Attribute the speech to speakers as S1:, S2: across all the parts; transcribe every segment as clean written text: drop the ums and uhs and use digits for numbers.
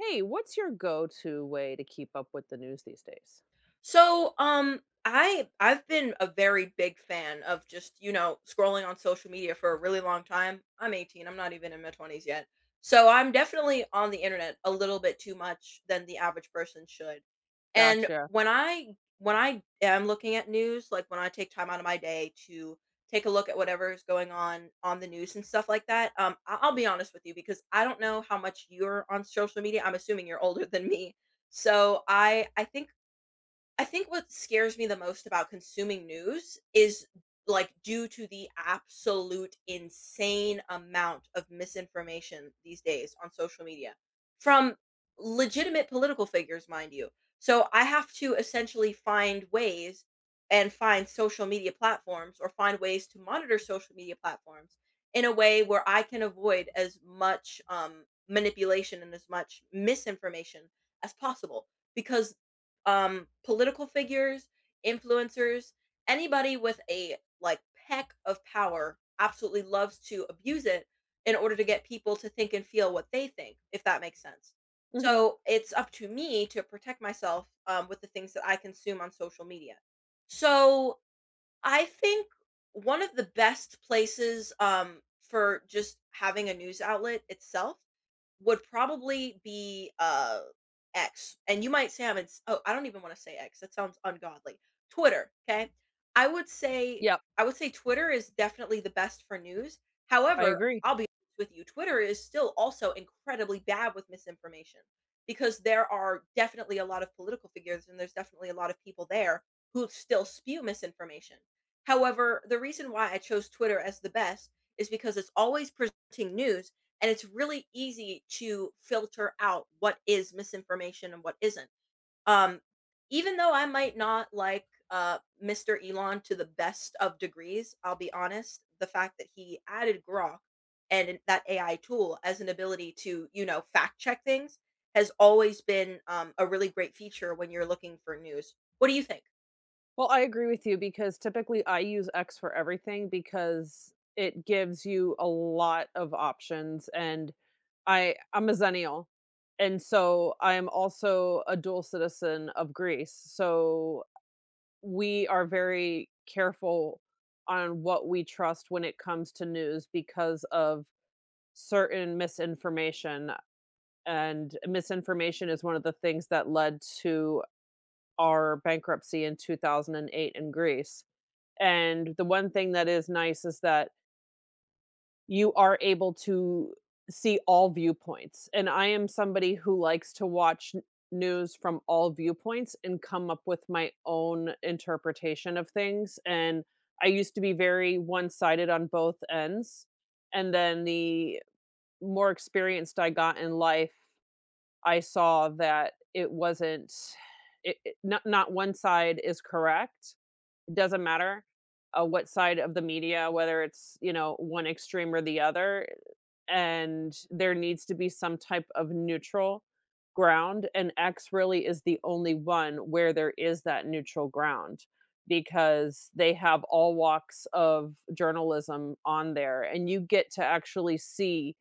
S1: Hey, what's your go-to way to keep up with the news these days?
S2: So, um, I've been a very big fan of just, you know, scrolling on social media for a really long time. I'm 18. I'm not even in my 20s yet. So, I'm definitely on the internet a little bit too much than the average person should. And
S1: Gotcha.
S2: when I am looking at news, like when I take time out of my day to take a look at whatever is going on the news and stuff like that, I'll be honest with you because I don't know how much you're on social media. I'm assuming you're older than me. So I think what scares me the most about consuming news is, like, due to the absolute insane amount of misinformation these days on social media from legitimate political figures, mind you. So I have to essentially find ways and find social media platforms or find ways to monitor social media platforms in a way where I can avoid as much manipulation and as much misinformation as possible because political figures, influencers, anybody with a like peck of power absolutely loves to abuse it in order to get people to think and feel what they think, if that makes sense.
S1: Mhm.
S2: So it's up to me to protect myself with the things that I consume on social media. So I think one of the best places for just having a news outlet itself would probably be, X, and you might say I'm ins oh, I don't even wanna say X, that sounds ungodly. Twitter. Okay, I would say
S1: Yep,
S2: Twitter is definitely the best for news.
S1: I
S2: However,
S1: agree.
S2: I'll be honest with you, Twitter is still also incredibly bad with misinformation because there are definitely a lot of political figures and there's definitely a lot of people there who still spew misinformation. However, the reason why I chose Twitter as the best is because it's always presenting news and it's really easy to filter out what is misinformation and what isn't. Um, even though I might not like Mr. Elon to the best of degrees, I'll be honest, the fact that he added Grok and that AI tool as an ability to, you know, fact check things has always been a really great feature when you're looking for news. What do you think?
S1: Well, I agree with you because typically I use X for everything because it gives you a lot of options and I'm a Xennial. And so I'm also a dual citizen of Greece. So we are very careful on what we trust when it comes to news because of certain misinformation. And misinformation is one of the things that led to our bankruptcy in 2008 in Greece. And the one thing that is nice is that you are able to see all viewpoints. And I am somebody who likes to watch news from all viewpoints and come up with my own interpretation of things. And I used to be very one sided on both ends. And then the more experienced I got in life, I saw that it wasn't it, it not one side is correct. It doesn't matter what side of the media, whether it's, you know, one extreme or the other, and there needs to be some type of neutral ground. And X really is the only one where there is that neutral ground because they have all walks of journalism on there, and you get to actually see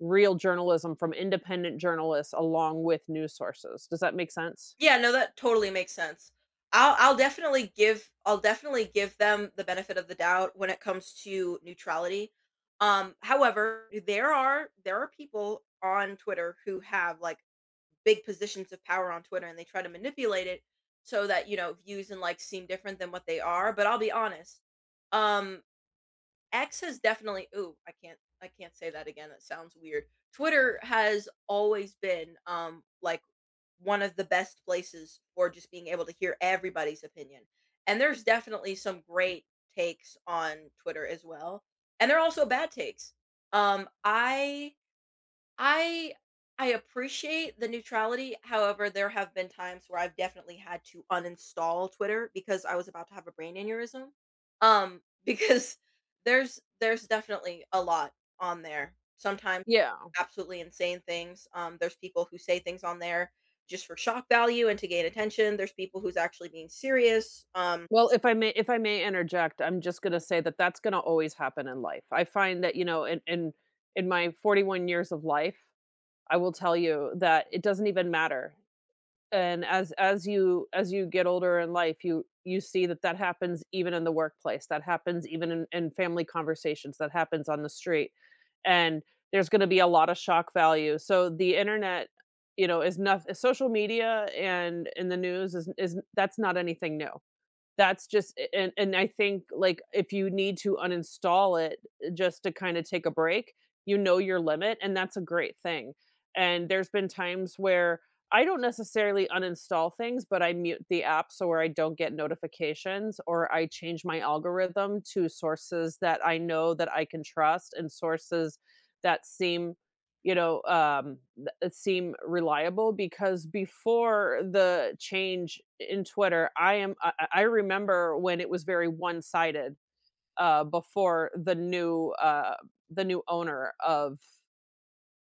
S1: real journalism from independent journalists along with news sources. Does that make sense?
S2: Yeah, no, that totally makes sense. I'll definitely give them the benefit of the doubt when it comes to neutrality. However, there are people on Twitter who have like big positions of power on Twitter and they try to manipulate it so that, you know, views and likes seem different than what they are. But I'll be honest. Um, X has definitely ooh, I can't say that again. That sounds weird. Twitter has always been like one of the best places for just being able to hear everybody's opinion. And there's definitely some great takes on Twitter as well, and there are also bad takes. Um, I I I appreciate the neutrality. However, there have been times where I've definitely had to uninstall Twitter because I was about to have a brain aneurysm. Because there's definitely a lot on there. Sometimes
S1: Yeah.
S2: absolutely insane things. There's people who say things on there just for shock value and to gain attention. There's people who's actually being serious.
S1: Well, if I may interject, I'm just gonna say that that's gonna always happen in life. I find that, you know, in my 41 years of life, I will tell you that it doesn't even matter. And as you get older in life, you see that that happens even in the workplace, that happens even in family conversations, that happens on the street, and there's gonna be a lot of shock value. So, the internet, you know, is noth social media and in the news is that's not anything new. That's just, and I think, like, if you need to uninstall it just to kinda take a break, you know your limit, and that's a great thing. And there's been times where I don't necessarily uninstall things, but I mute the app so where I don't get notifications, or I change my algorithm to sources that I know that I can trust and sources that seem, you know, seem reliable because before the change in Twitter, I remember when it was very one-sided, before the new owner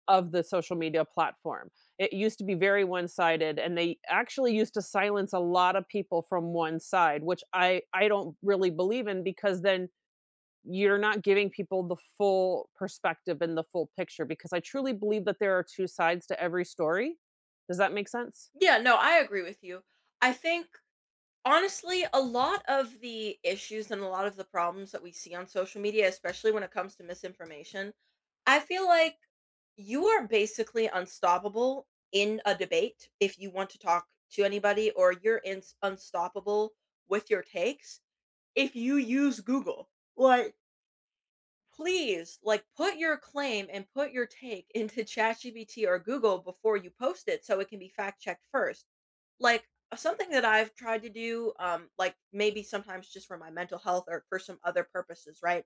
S1: of the social media platform. It used to be very one-sided, and they actually used to silence a lot of people from one side, which I don't really believe in because then you're not giving people the full perspective and the full picture because I truly believe that there are 2 sides to every story. Does that make sense?
S2: Yeah, no, I agree with you. I think Honestly, a lot of the issues and a lot of the problems that we see on social media, especially when it comes to misinformation, I feel like you are basically unstoppable in a debate if you want to talk to anybody, or you're ins unstoppable with your takes if you use Google. Like, please, like, put your claim and put your take into ChatGPT or Google before you post it so it can be fact checked first. Like, something that I've tried to do, like, maybe sometimes just for my mental health or for some other purposes, right?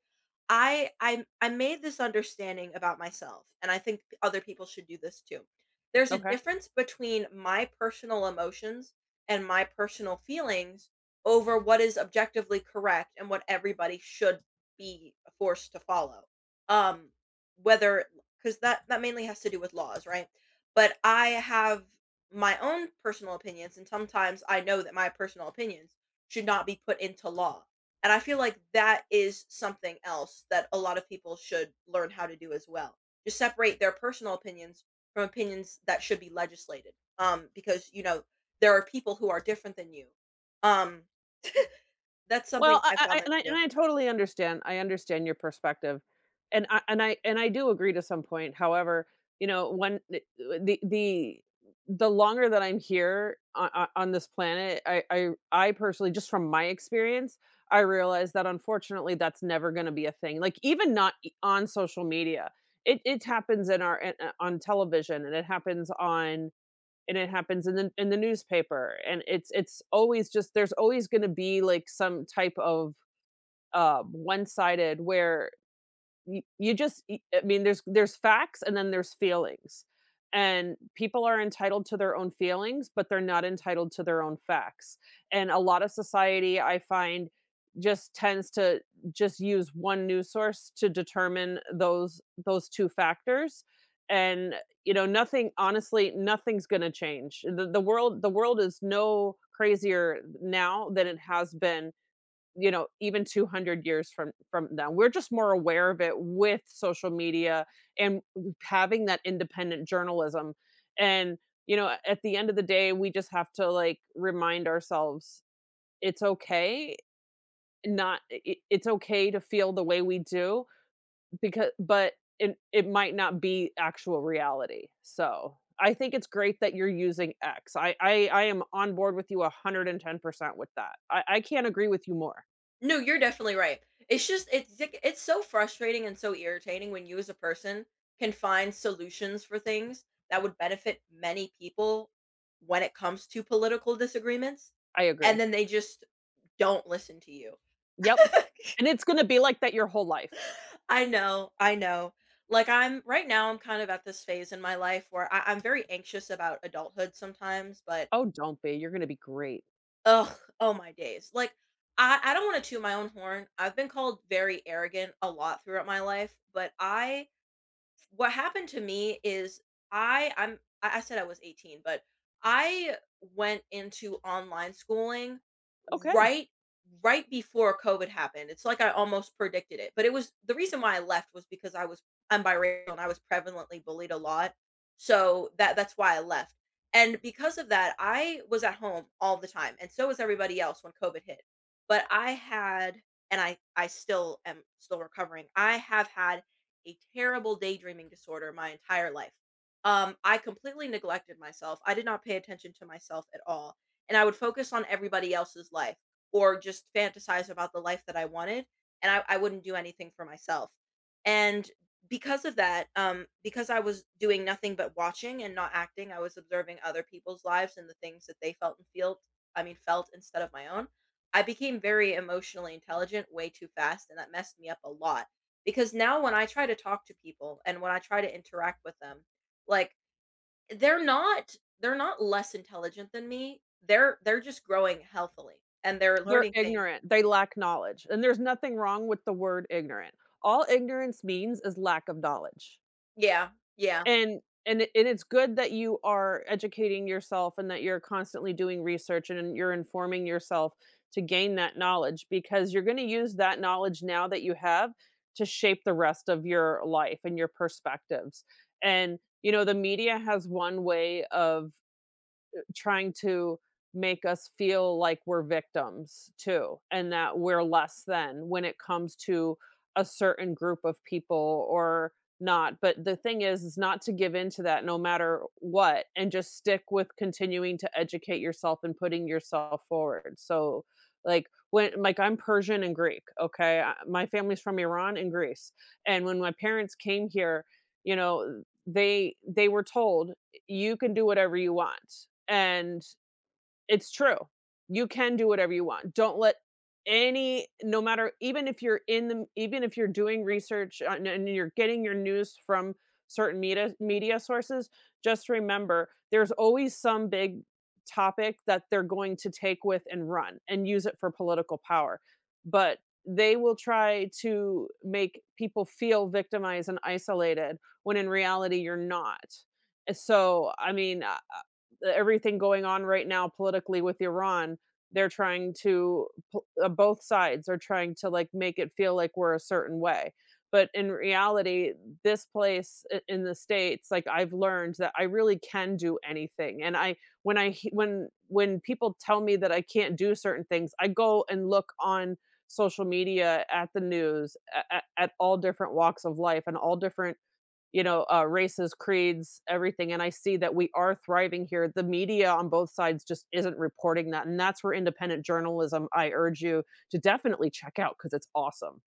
S2: I made this understanding about myself, and I think other people should do this too. There's a
S1: Okay.
S2: difference between my personal emotions and my personal feelings over what is objectively correct and what everybody should be forced to follow. Um, whether because that mainly has to do with laws, right? But I have my own personal opinions, and sometimes I know that my personal opinions should not be put into law. And I feel like that is something else that a lot of people should learn how to do as well. Just separate their personal opinions from opinions that should be legislated. Because you know there are people who are different than you. Um, that's something
S1: Well, I
S2: I
S1: I
S2: found
S1: I
S2: them
S1: and I
S2: to do.
S1: and I totally understand, I understand your perspective, and I do agree to some point. However, you know, when the the the longer that I'm here on this planet, I personally, just from my experience, I realize that unfortunately that's never gonna be a thing, like, even not e on social media, it happens in our in, on television, and it happens on, and it happens in the newspaper and it's always just, there's always going to be like some type of one-sided where you just y I mean, there's facts and then there's feelings, and people are entitled to their own feelings, but they're not entitled to their own facts, and a lot of society, I find, just tends to just use one news source to determine those 2 factors, and, you know, nothing, honestly, nothing's gonna change. The world is no crazier now than it has been, you know, even 200 years from now. We're just more aware of it with social media and having that independent journalism. And, you know, at the end of the day, we just have to like remind ourselves it's okay, not it, it's okay to feel the way we do because, but it might not be actual reality. So I think it's great that you're using X. I am on board with you 110% with that. I can't agree with you more.
S2: No, you're definitely right. It's just it's so frustrating and so irritating when you as a person can find solutions for things that would benefit many people when it comes to political disagreements
S1: I
S2: and
S1: agree.
S2: then they just don't listen to you.
S1: Yep, and it's gonna be like that your whole life.
S2: I know, I know. Like I'm right now I'm kind of at this phase in my life where I'm very anxious about adulthood sometimes, but
S1: "Oh, don't be, you're gonna be great."
S2: ugh, oh my days. Like, I don't wanna toot my own horn. I've been called very arrogant a lot throughout my life, but I what happened to me is I said I was 18, but I went into online schooling
S1: Okay.
S2: right right before COVID happened. It's like I almost predicted it. But it was the reason why I left was because I'm biracial and I was prevalently bullied a lot. So that's why I left. And because of that, I was at home all the time. And so was everybody else when COVID hit. But I had and I still am still recovering. I have had a terrible daydreaming disorder my entire life. I completely neglected myself. I did not pay attention to myself at all. And I would focus on everybody else's life or just fantasize about the life that I wanted. And I wouldn't do anything for myself. And because of that, because I was doing nothing but watching and not acting, I was observing other people's lives and the things that they felt and feel, I mean, felt instead of my own. I became very emotionally intelligent way too fast, and that messed me up a lot because now when I try to talk to people and when I try to interact with them, like they're not less intelligent than me. They're just growing healthily and they're
S1: They're
S2: learning things.
S1: ignorant, they lack knowledge, and there's nothing wrong with the word ignorant. All ignorance means is lack of knowledge,
S2: Yeah. Yeah.
S1: and and it's good that you are educating yourself and that you're constantly doing research and you're informing yourself to gain that knowledge because you're gonna use that knowledge now that you have to shape the rest of your life and your perspectives, and, you know, the media has one way of trying to make us feel like we're victims too and that we're less than when it comes to a certain group of people or not. But the thing is not to give in to that no matter what and just stick with continuing to educate yourself and putting yourself forward. So like, when like I'm Persian and Greek, okay, I, my family's from Iran and Greece, and when my parents came here, you know, they were told you can do whatever you want. And it's true. You can do whatever you want. Don't let any, no matter, even if you're in the, even if you're doing research on and you're getting your news from certain media sources, just remember there's always some big topic that they're going to take with and run and use it for political power. But they will try to make people feel victimized and isolated when in reality you're not. So, I mean, everything going on right now politically with Iran, they're trying to both sides are trying to like make it feel like we're a certain way. But in reality, this place in the states, like I've learned that I really can do anything. And I, when when people tell me that I can't do certain things, I go and look on social media at the news at all different walks of life and all different, you know, races, creeds, everything. And I see that we are thriving here. The media on both sides just isn't reporting that. And that's where independent journalism, I urge you to definitely check out because it's awesome.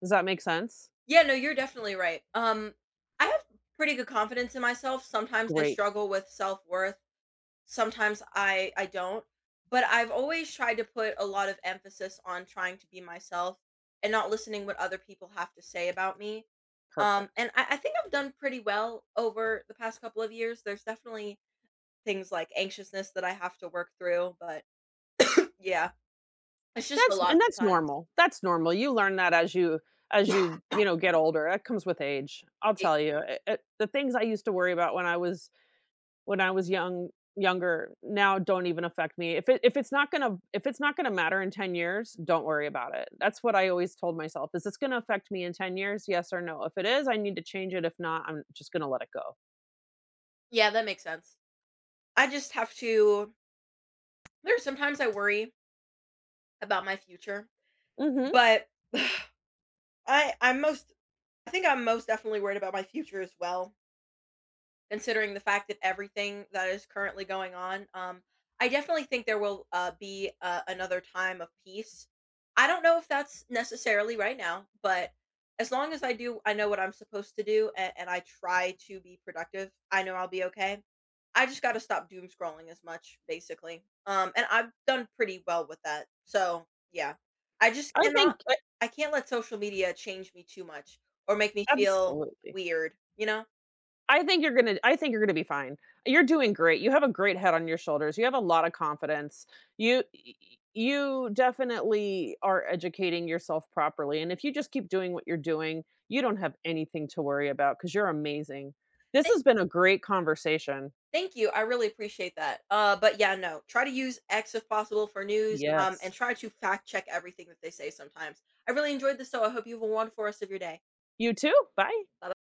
S1: Does that make sense?
S2: Yeah, no, you're definitely right. I have pretty good confidence in myself. Sometimes I
S1: Great.
S2: struggle with self-worth. Sometimes I don't, but I've always tried to put a lot of emphasis on trying to be myself and not listening what other people have to say about me.
S1: Perfect.
S2: And I think I've done pretty well over the past couple of years. There's definitely things like anxiousness that I have to work through, but yeah, it's just a
S1: That's,
S2: lot
S1: and that's
S2: sometimes.
S1: normal. That's normal. You learn that as you, as you, you know, get older. That comes with age. I'll
S2: It,
S1: tell you. The things I used to worry about when I was younger now don't even affect me. If it's not gonna, if it's not gonna matter in 10 years, don't worry about it. That's what I always told myself. Is this gonna affect me in 10 years? Yes or no. If it is, I need to change it. If not, I'm just gonna let it go.
S2: yeah, that makes sense. I just have to. There's sometimes I worry about my future,
S1: Mhm.
S2: but I I'm most I think I'm most definitely worried about my future as well considering the fact that everything that is currently going on. I definitely think there will be another time of peace. I don't know if that's necessarily right now, but as long as I know what I'm supposed to do and I try to be productive, I know I'll be okay. I just got to stop doom scrolling as much, basically. And I've done pretty well with that. So, yeah, I just
S1: I
S2: cannot,
S1: think I
S2: I can't let social media change me too much or make me feel
S1: Absolutely.
S2: weird, you know?
S1: I think you're gonna be fine. You're doing great. You have a great head on your shoulders. You have a lot of confidence. You y- you definitely are educating yourself properly. And if you just keep doing what you're doing, you don't have anything to worry about because you're amazing. This
S2: Thank
S1: has been a great conversation.
S2: Thank you, I really appreciate that. But yeah, no, try to use X if possible for news, and
S1: Yes.
S2: try to fact check everything that they say sometimes. I really enjoyed this, so I hope you have a wonderful rest of your day.
S1: You too. Bye.
S2: Bye.